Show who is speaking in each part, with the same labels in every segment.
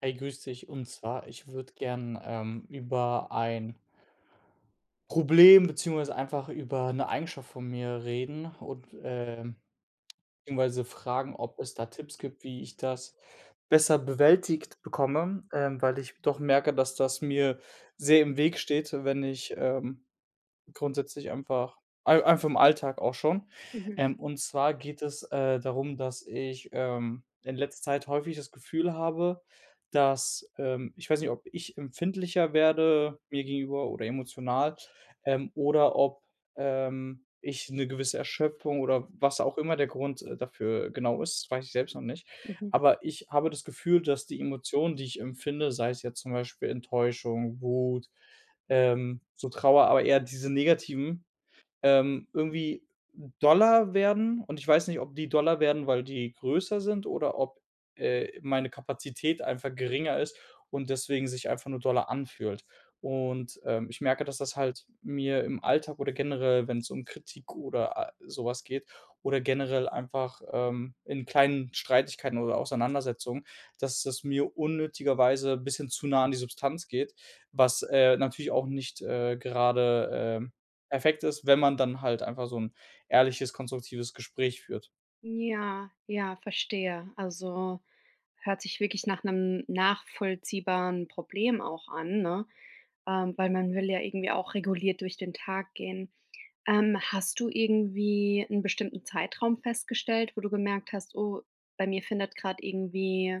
Speaker 1: Hey, grüß dich. Und zwar, ich würde gern über ein Problem beziehungsweise einfach über eine Eigenschaft von mir reden und beziehungsweise fragen, ob es da Tipps gibt, wie ich das besser bewältigt bekomme, weil ich doch merke, dass das mir sehr im Weg steht, wenn ich grundsätzlich einfach ei einfach im Alltag auch schon.
Speaker 2: Mhm,
Speaker 1: Und zwar geht es, darum, dass ich, in letzter Zeit häufig das Gefühl habe, dass, ich weiß nicht, ob ich empfindlicher werde mir gegenüber oder emotional, oder ob, ich 'ne gewisse Erschöpfung oder was auch immer der Grund, dafür genau ist, das weiß ich selbst noch nicht.
Speaker 2: mhm.
Speaker 1: Aber ich habe das Gefühl, dass die Emotionen, die ich empfinde, sei es jetzt zum Beispiel Enttäuschung, Wut, so Trauer, aber eher diese negativen, irgendwie Dollar werden und ich weiß nicht, ob die Dollar werden, weil die größer sind oder ob, meine Kapazität einfach geringer ist und deswegen sich einfach nur Dollar anfühlt. Und, ich merke, dass das halt mir im Alltag oder generell, wenn es um Kritik oder a so geht oder generell einfach, in kleinen Streitigkeiten oder Auseinandersetzungen, dass das mir unnötigerweise ein bisschen zu nah an die Substanz geht, was, natürlich auch nicht, gerade, perfekt ist, wenn man dann halt einfach so 'n ehrliches, konstruktives Gespräch führt.
Speaker 2: Ja, ja, verstehe. Also, hört sich wirklich nach einem nachvollziehbaren Problem auch an, ne? Weil man will ja irgendwie auch reguliert durch den Tag gehen. Hast du irgendwie einen bestimmten Zeitraum festgestellt, wo du gemerkt hast: „Oh, bei mir findet gerade irgendwie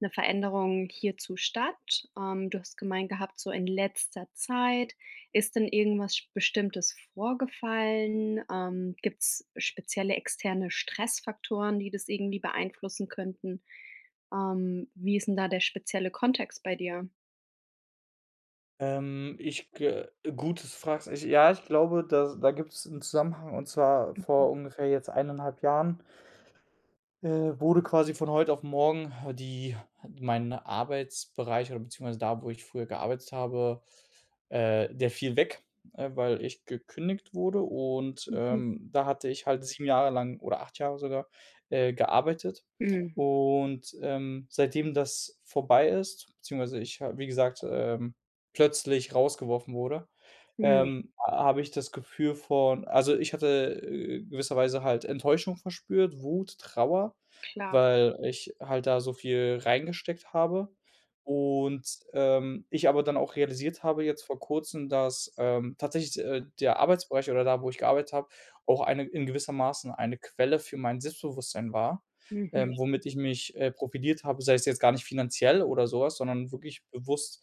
Speaker 2: eine Veränderung hierzu statt?“ du hast gemeint gehabt, so in letzter Zeit. Ist denn irgendwas Bestimmtes vorgefallen? Gibt es spezielle externe Stressfaktoren, die das irgendwie beeinflussen könnten? Wie ist denn da der spezielle Kontext bei dir?
Speaker 1: Ich g Gut, fragst. Ich Ja, ich glaube, da gibt's 'n Zusammenhang und zwar vor ungefähr jetzt 1,5 Jahren. Wurde quasi von heute auf morgen die mein Arbeitsbereich oder beziehungsweise da, wo ich früher gearbeitet habe, der fiel weg, weil ich gekündigt wurde und,
Speaker 2: Mhm.
Speaker 1: da hatte ich halt 7 Jahre lang oder 8 Jahre sogar, gearbeitet.
Speaker 2: Mhm.
Speaker 1: Und, seitdem das vorbei ist, beziehungsweise ich ha wie gesagt, plötzlich rausgeworfen wurde,
Speaker 2: Mhm.
Speaker 1: habe ich das Gefühl von, also, ich hatte, gewisserweise halt Enttäuschung verspürt, Wut, Trauer,
Speaker 2: Klar.
Speaker 1: weil ich halt da so viel reingesteckt habe und, ich aber dann auch realisiert habe jetzt vor Kurzem, dass, tatsächlich, der Arbeitsbereich oder da, wo ich gearbeitet habe, auch eine in gewissermaßen eine Quelle für mein Selbstbewusstsein war,
Speaker 2: Mhm.
Speaker 1: womit ich mich, profiliert habe, sei es jetzt gar nicht finanziell oder sowas, sondern wirklich bewusst,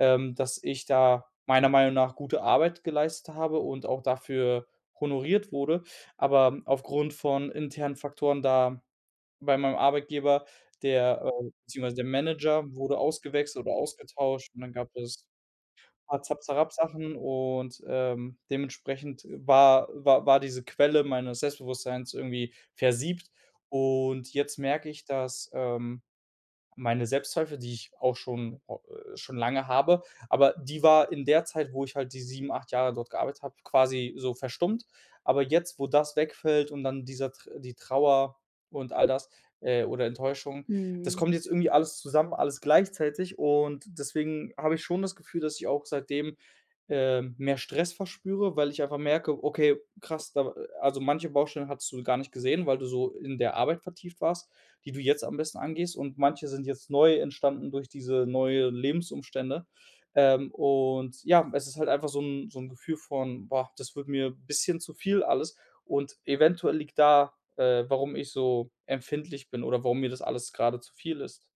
Speaker 1: dass ich da meiner Meinung nach gute Arbeit geleistet habe und auch dafür honoriert wurde. Aber aufgrund von internen Faktoren da bei meinem Arbeitgeber, der, beziehungsweise der Manager, wurde ausgewechselt oder ausgetauscht und dann gab es paar Zap-Zarab-Sachen und, dementsprechend war diese Quelle meines Selbstbewusstseins irgendwie versiebt. Und jetzt merke ich, dass, meine Selbstzweifel, die ich auch schon lange habe, aber die war in der Zeit, wo ich halt die 7, 8 Jahre dort gearbeitet habe, quasi so verstummt. Aber jetzt, wo das wegfällt und dann die Trauer und all das, oder Enttäuschung, das
Speaker 2: Mhm.
Speaker 1: kommt jetzt irgendwie alles zusammen, alles gleichzeitig und deswegen habe ich schon das Gefühl, dass ich auch seitdem, mehr Stress verspüre, weil ich einfach merke: „Okay, krass, da, also manche Baustellen hattest du gar nicht gesehen, weil du so in der Arbeit vertieft warst.“ Die du jetzt am besten angehst, und manche sind jetzt neu entstanden durch diese neue Lebensumstände. Und ja, es ist halt einfach so 'n Gefühl von: „Boah, das wird mir ein bisschen zu viel alles.“ Und eventuell liegt da, warum ich so empfindlich bin oder warum mir das alles gerade zu viel ist.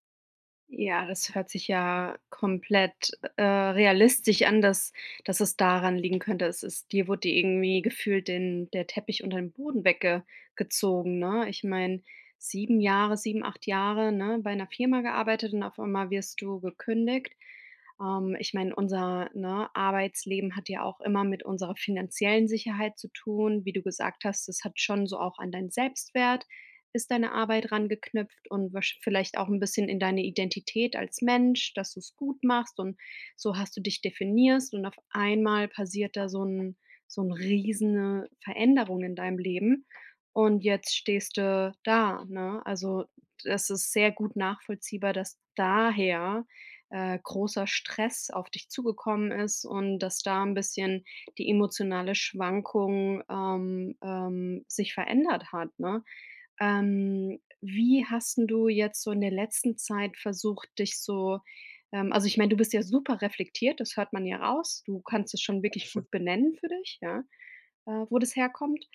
Speaker 2: Ja, das hört sich ja komplett, realistisch an, dass es daran liegen könnte. Es ist dir wurde irgendwie gefühlt den der Teppich unter den Boden weggezogen, ne? Ich meine, 7 acht Jahre, ne, bei einer Firma gearbeitet und auf einmal wirst du gekündigt. Ich meine, unser, ne, Arbeitsleben hat ja auch immer mit unserer finanziellen Sicherheit zu tun. Wie du gesagt hast, das hat schon so auch an deinen Selbstwert ist deine Arbeit rangeknüpft und wahrsch vielleicht auch ein bisschen in deine Identität als Mensch, dass du es gut machst und so hast du dich definierst und auf einmal passiert da so 'n riesene Veränderung in deinem Leben und jetzt stehst du da, ne? Also, das ist sehr gut nachvollziehbar, dass daher, großer Stress auf dich zugekommen ist und dass da ein bisschen die emotionale Schwankung, sich verändert hat, ne? Wie hast 'n du jetzt so in der letzten Zeit versucht, dich so also, ich meine, du bist ja super reflektiert, das hört man ja raus. Du kannst es schon wirklich
Speaker 1: Dankeschön.
Speaker 2: gut benennen für dich, ja, wo das herkommt.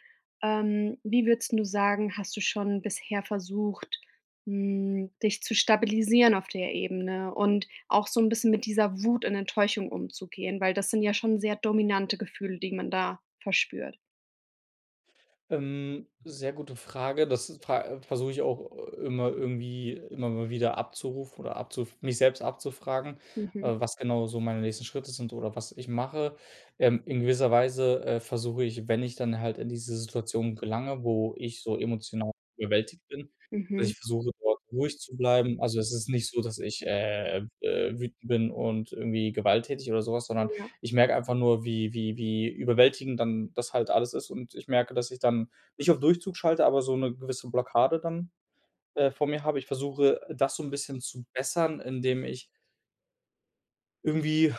Speaker 2: Wie würdest du sagen, hast du schon bisher versucht, dich zu stabilisieren auf der Ebene und auch so ein bisschen mit dieser Wut und Enttäuschung umzugehen? Weil das sind ja schon sehr dominante Gefühle, die man da verspürt.
Speaker 1: Sehr gute Frage. Das fra Versuche ich auch, immer irgendwie immer mal wieder abzurufen oder abzuf mich selbst abzufragen,
Speaker 2: Mhm,
Speaker 1: was genau so meine nächsten Schritte sind oder was ich mache. In gewisser Weise, versuche ich, wenn ich dann halt in diese Situation gelange, wo ich so emotional überwältigt bin, dass
Speaker 2: mhm,
Speaker 1: ich versuche, dort ruhig zu bleiben. Also, es ist nicht so, dass ich, wütend bin und irgendwie gewalttätig oder sowas, sondern
Speaker 2: ja,
Speaker 1: ich merke einfach nur, wie überwältigend dann das halt alles ist, und ich merke, dass ich dann nicht auf Durchzug schalte, aber so eine gewisse Blockade dann, vor mir habe. Ich versuche, das so ein bisschen zu bessern, indem ich irgendwie,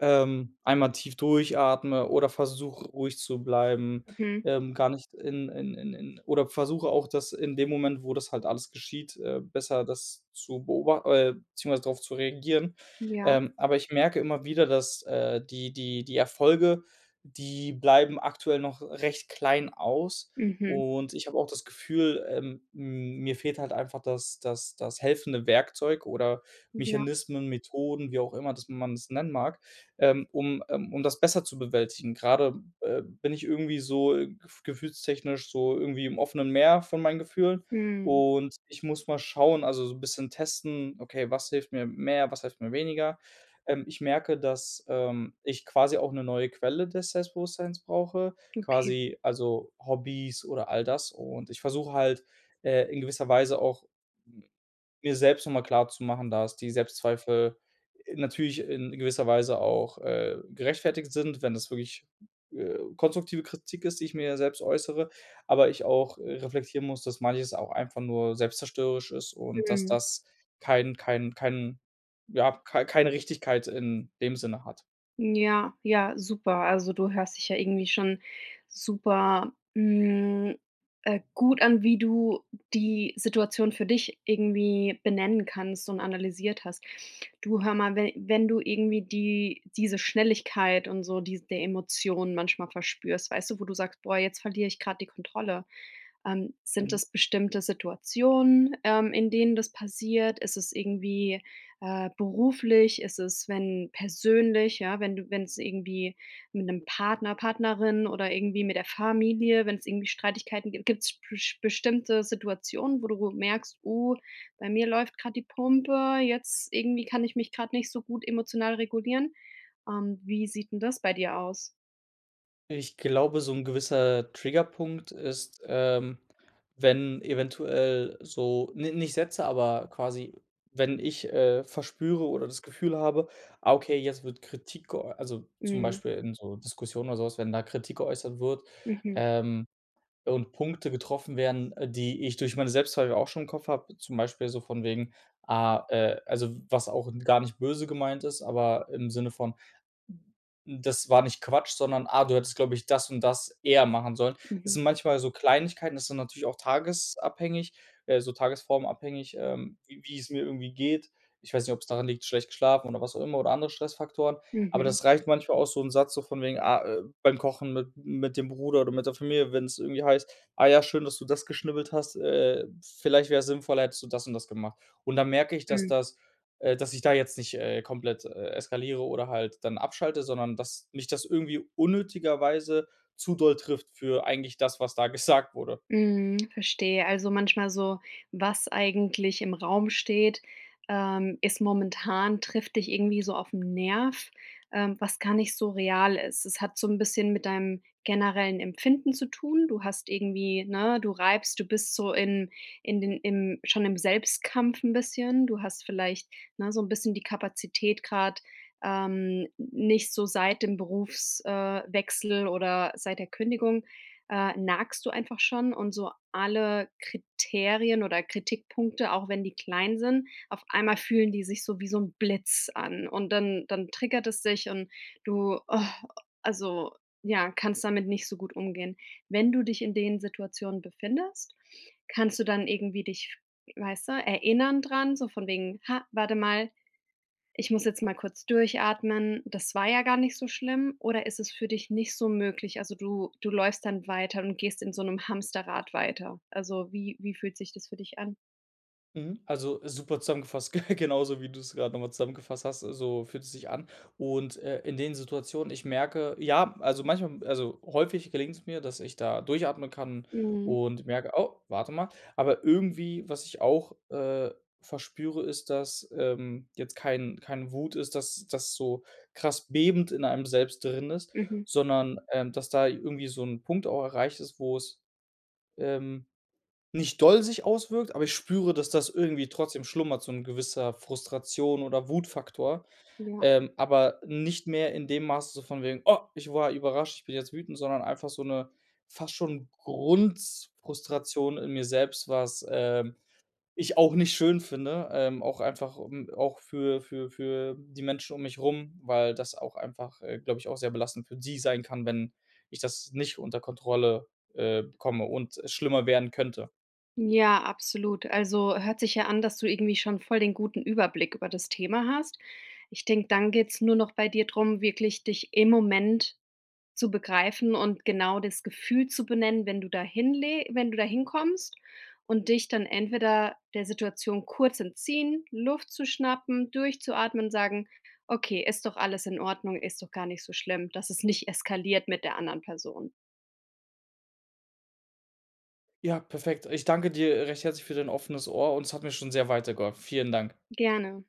Speaker 1: einmal tief durchatme oder versuche, ruhig zu bleiben,
Speaker 2: mhm,
Speaker 1: gar nicht in in oder versuche auch, dass in dem Moment, wo das halt alles geschieht, besser das zu beobachten, beziehungsweise drauf zu reagieren.
Speaker 2: ja,
Speaker 1: Aber ich merke immer wieder, dass, die Erfolge, die bleiben aktuell noch recht klein aus,
Speaker 2: mhm.
Speaker 1: und ich habe auch das Gefühl, m mir fehlt halt einfach das helfende Werkzeug oder
Speaker 2: Ja,
Speaker 1: Mechanismen, Methoden, wie auch immer, dass man es nennen mag, um das besser zu bewältigen. Gerade bin ich irgendwie so, gefühlstechnisch, so irgendwie im offenen Meer von meinen Gefühlen
Speaker 2: mhm,
Speaker 1: und ich muss mal schauen, also so ein bisschen testen: „Okay, was hilft mir mehr, was hilft mir weniger?“ Ich merke, dass, ich quasi auch eine neue Quelle des Selbstbewusstseins brauche,
Speaker 2: okay,
Speaker 1: quasi also Hobbys oder all das, und ich versuche halt, in gewisser Weise auch, mir selbst noch mal klarzumachen, dass die Selbstzweifel, natürlich in gewisser Weise auch, gerechtfertigt sind, wenn das wirklich, konstruktive Kritik ist, die ich mir selbst äußere, aber ich auch, reflektieren muss, dass manches auch einfach nur selbstzerstörerisch ist und dass
Speaker 2: mhm.
Speaker 1: das kein kein kein keine Richtigkeit in dem Sinne hat.
Speaker 2: Ja, ja, super. Also, du hörst dich ja irgendwie schon super, gut an, wie du die Situation für dich irgendwie benennen kannst und analysiert hast. Du, hör mal, we wenn du irgendwie diese Schnelligkeit und so die der Emotionen manchmal verspürst, weißt du, wo du sagst: „Boah, jetzt verliere ich gerade die Kontrolle.“ sind
Speaker 1: Mhm.
Speaker 2: das bestimmte Situationen, in denen das passiert? Ist es irgendwie, beruflich? Ist es, wenn persönlich, ja, wenn es irgendwie mit einem Partner, Partnerin oder irgendwie mit der Familie, wenn es irgendwie Streitigkeiten gibt? Gibt es bestimmte Situationen, wo du merkst: „Oh, bei mir läuft gerade die Pumpe, jetzt irgendwie kann ich mich gerade nicht so gut emotional regulieren?“ Wie sieht denn das bei dir aus?
Speaker 1: Ich glaube, so 'n gewisser Triggerpunkt ist, wenn eventuell so, ni nicht Sätze, aber quasi, wenn ich, verspüre oder das Gefühl habe: „Ah, okay, jetzt wird Kritik geäu“, also, zum
Speaker 2: Mhm.
Speaker 1: Beispiel in so Diskussionen oder so was, wenn da Kritik geäußert wird,
Speaker 2: Mhm.
Speaker 1: ähm, und Punkte getroffen werden, die ich durch meine Selbstzweifel auch schon im Kopf habe, zum Beispiel so von wegen, also, was auch gar nicht böse gemeint ist, aber im Sinne von: das war nicht Quatsch, sondern: „Ah, du hättest, glaube ich, das und das eher machen sollen.“ Es
Speaker 2: Mhm.
Speaker 1: sind manchmal so Kleinigkeiten, das ist dann natürlich auch tagesabhängig, so tagesformabhängig, wie es mir irgendwie geht. Ich weiß nicht, ob es daran liegt, schlecht geschlafen oder was auch immer oder andere Stressfaktoren. Aber
Speaker 2: Mhm.
Speaker 1: das reicht manchmal auch so 'n Satz so von wegen, beim Kochen mit dem Bruder oder mit der Familie, wenn es irgendwie heißt: „Ah ja, schön, dass du das geschnibbelt hast. Vielleicht wär's sinnvoller, hättest du das und das gemacht.“ Und dann merke ich, dass
Speaker 2: Mhm.
Speaker 1: das, dass ich da jetzt nicht, komplett, eskaliere oder halt dann abschalte, sondern dass mich das irgendwie unnötigerweise zu doll trifft für eigentlich das, was da gesagt wurde.
Speaker 2: Mhm, verstehe. Also manchmal so, was eigentlich im Raum steht, ist momentan trifft dich irgendwie so auf den Nerv, was gar nicht so real ist. Es hat so ein bisschen mit deinem generellen Empfinden zu tun. Du hast irgendwie ne, du bist so in den im schon im Selbstkampf ein bisschen. Du hast vielleicht, ne, so ein bisschen die Kapazität gerade nicht so seit dem Berufswechsel Wechsel oder seit der Kündigung nagst du einfach schon und so alle Kriterien oder Kritikpunkte, auch wenn die klein sind, auf einmal fühlen die sich so wie so ein Blitz an und dann triggert es dich und du, oh, also, ja, kannst damit nicht so gut umgehen. Wenn du dich in den Situationen befindest, kannst du dann irgendwie dich, weißt du, erinnern dran, so von wegen: „Ha, warte mal, ich muss jetzt mal kurz durchatmen. Das war ja gar nicht so schlimm oder ist es für dich nicht so möglich?“ Also, du läufst dann weiter und gehst in so einem Hamsterrad weiter. Also, wie fühlt sich das für dich an?
Speaker 1: Mhm. Also, super zusammengefasst, genauso wie du es gerade nochmal zusammengefasst hast, so fühlt es sich an. Und, in den Situationen, ich merke, ja, also, manchmal, also, häufig gelingt es mir, dass ich da durchatmen kann
Speaker 2: Mhm.
Speaker 1: und merke: „Oh, warte mal.“ Aber irgendwie, was ich auch, verspüre, ist, dass, jetzt kein Wut ist, dass das so krass bebend in einem selbst drin ist, mhm,
Speaker 2: Mhm.
Speaker 1: sondern, dass da irgendwie so ein Punkt auch erreicht ist, wo es, ähm nicht doll sich auswirkt, aber ich spüre, dass das irgendwie trotzdem schlummert, so 'n gewisser Frustration oder Wutfaktor,
Speaker 2: Ja.
Speaker 1: aber nicht mehr in dem Maße so von wegen: „Oh, ich war überrascht, ich bin jetzt wütend“, sondern einfach so 'ne fast schon Grundfrustration in mir selbst, was, ich auch nicht schön finde, auch einfach, um auch für die Menschen um mich rum, weil das auch einfach, glaube ich, auch sehr belastend für sie sein kann, wenn ich das nicht unter Kontrolle, bekomme und es schlimmer werden könnte.
Speaker 2: Ja, absolut. Also, hört sich ja an, dass du irgendwie schon voll den guten Überblick über das Thema hast. Ich denke, dann geht's nur noch bei dir drum, wirklich dich im Moment zu begreifen und genau das Gefühl zu benennen, wenn du da hinkommst und dich dann entweder der Situation kurz entziehen, Luft zu schnappen, durchzuatmen sagen: „Okay, ist doch alles in Ordnung, ist doch gar nicht so schlimm“, dass es nicht eskaliert mit der anderen Person.
Speaker 1: Ja, perfekt. Ich danke dir recht herzlich für dein offenes Ohr und es hat mir schon sehr weitergeholfen. Vielen Dank.
Speaker 2: Gerne.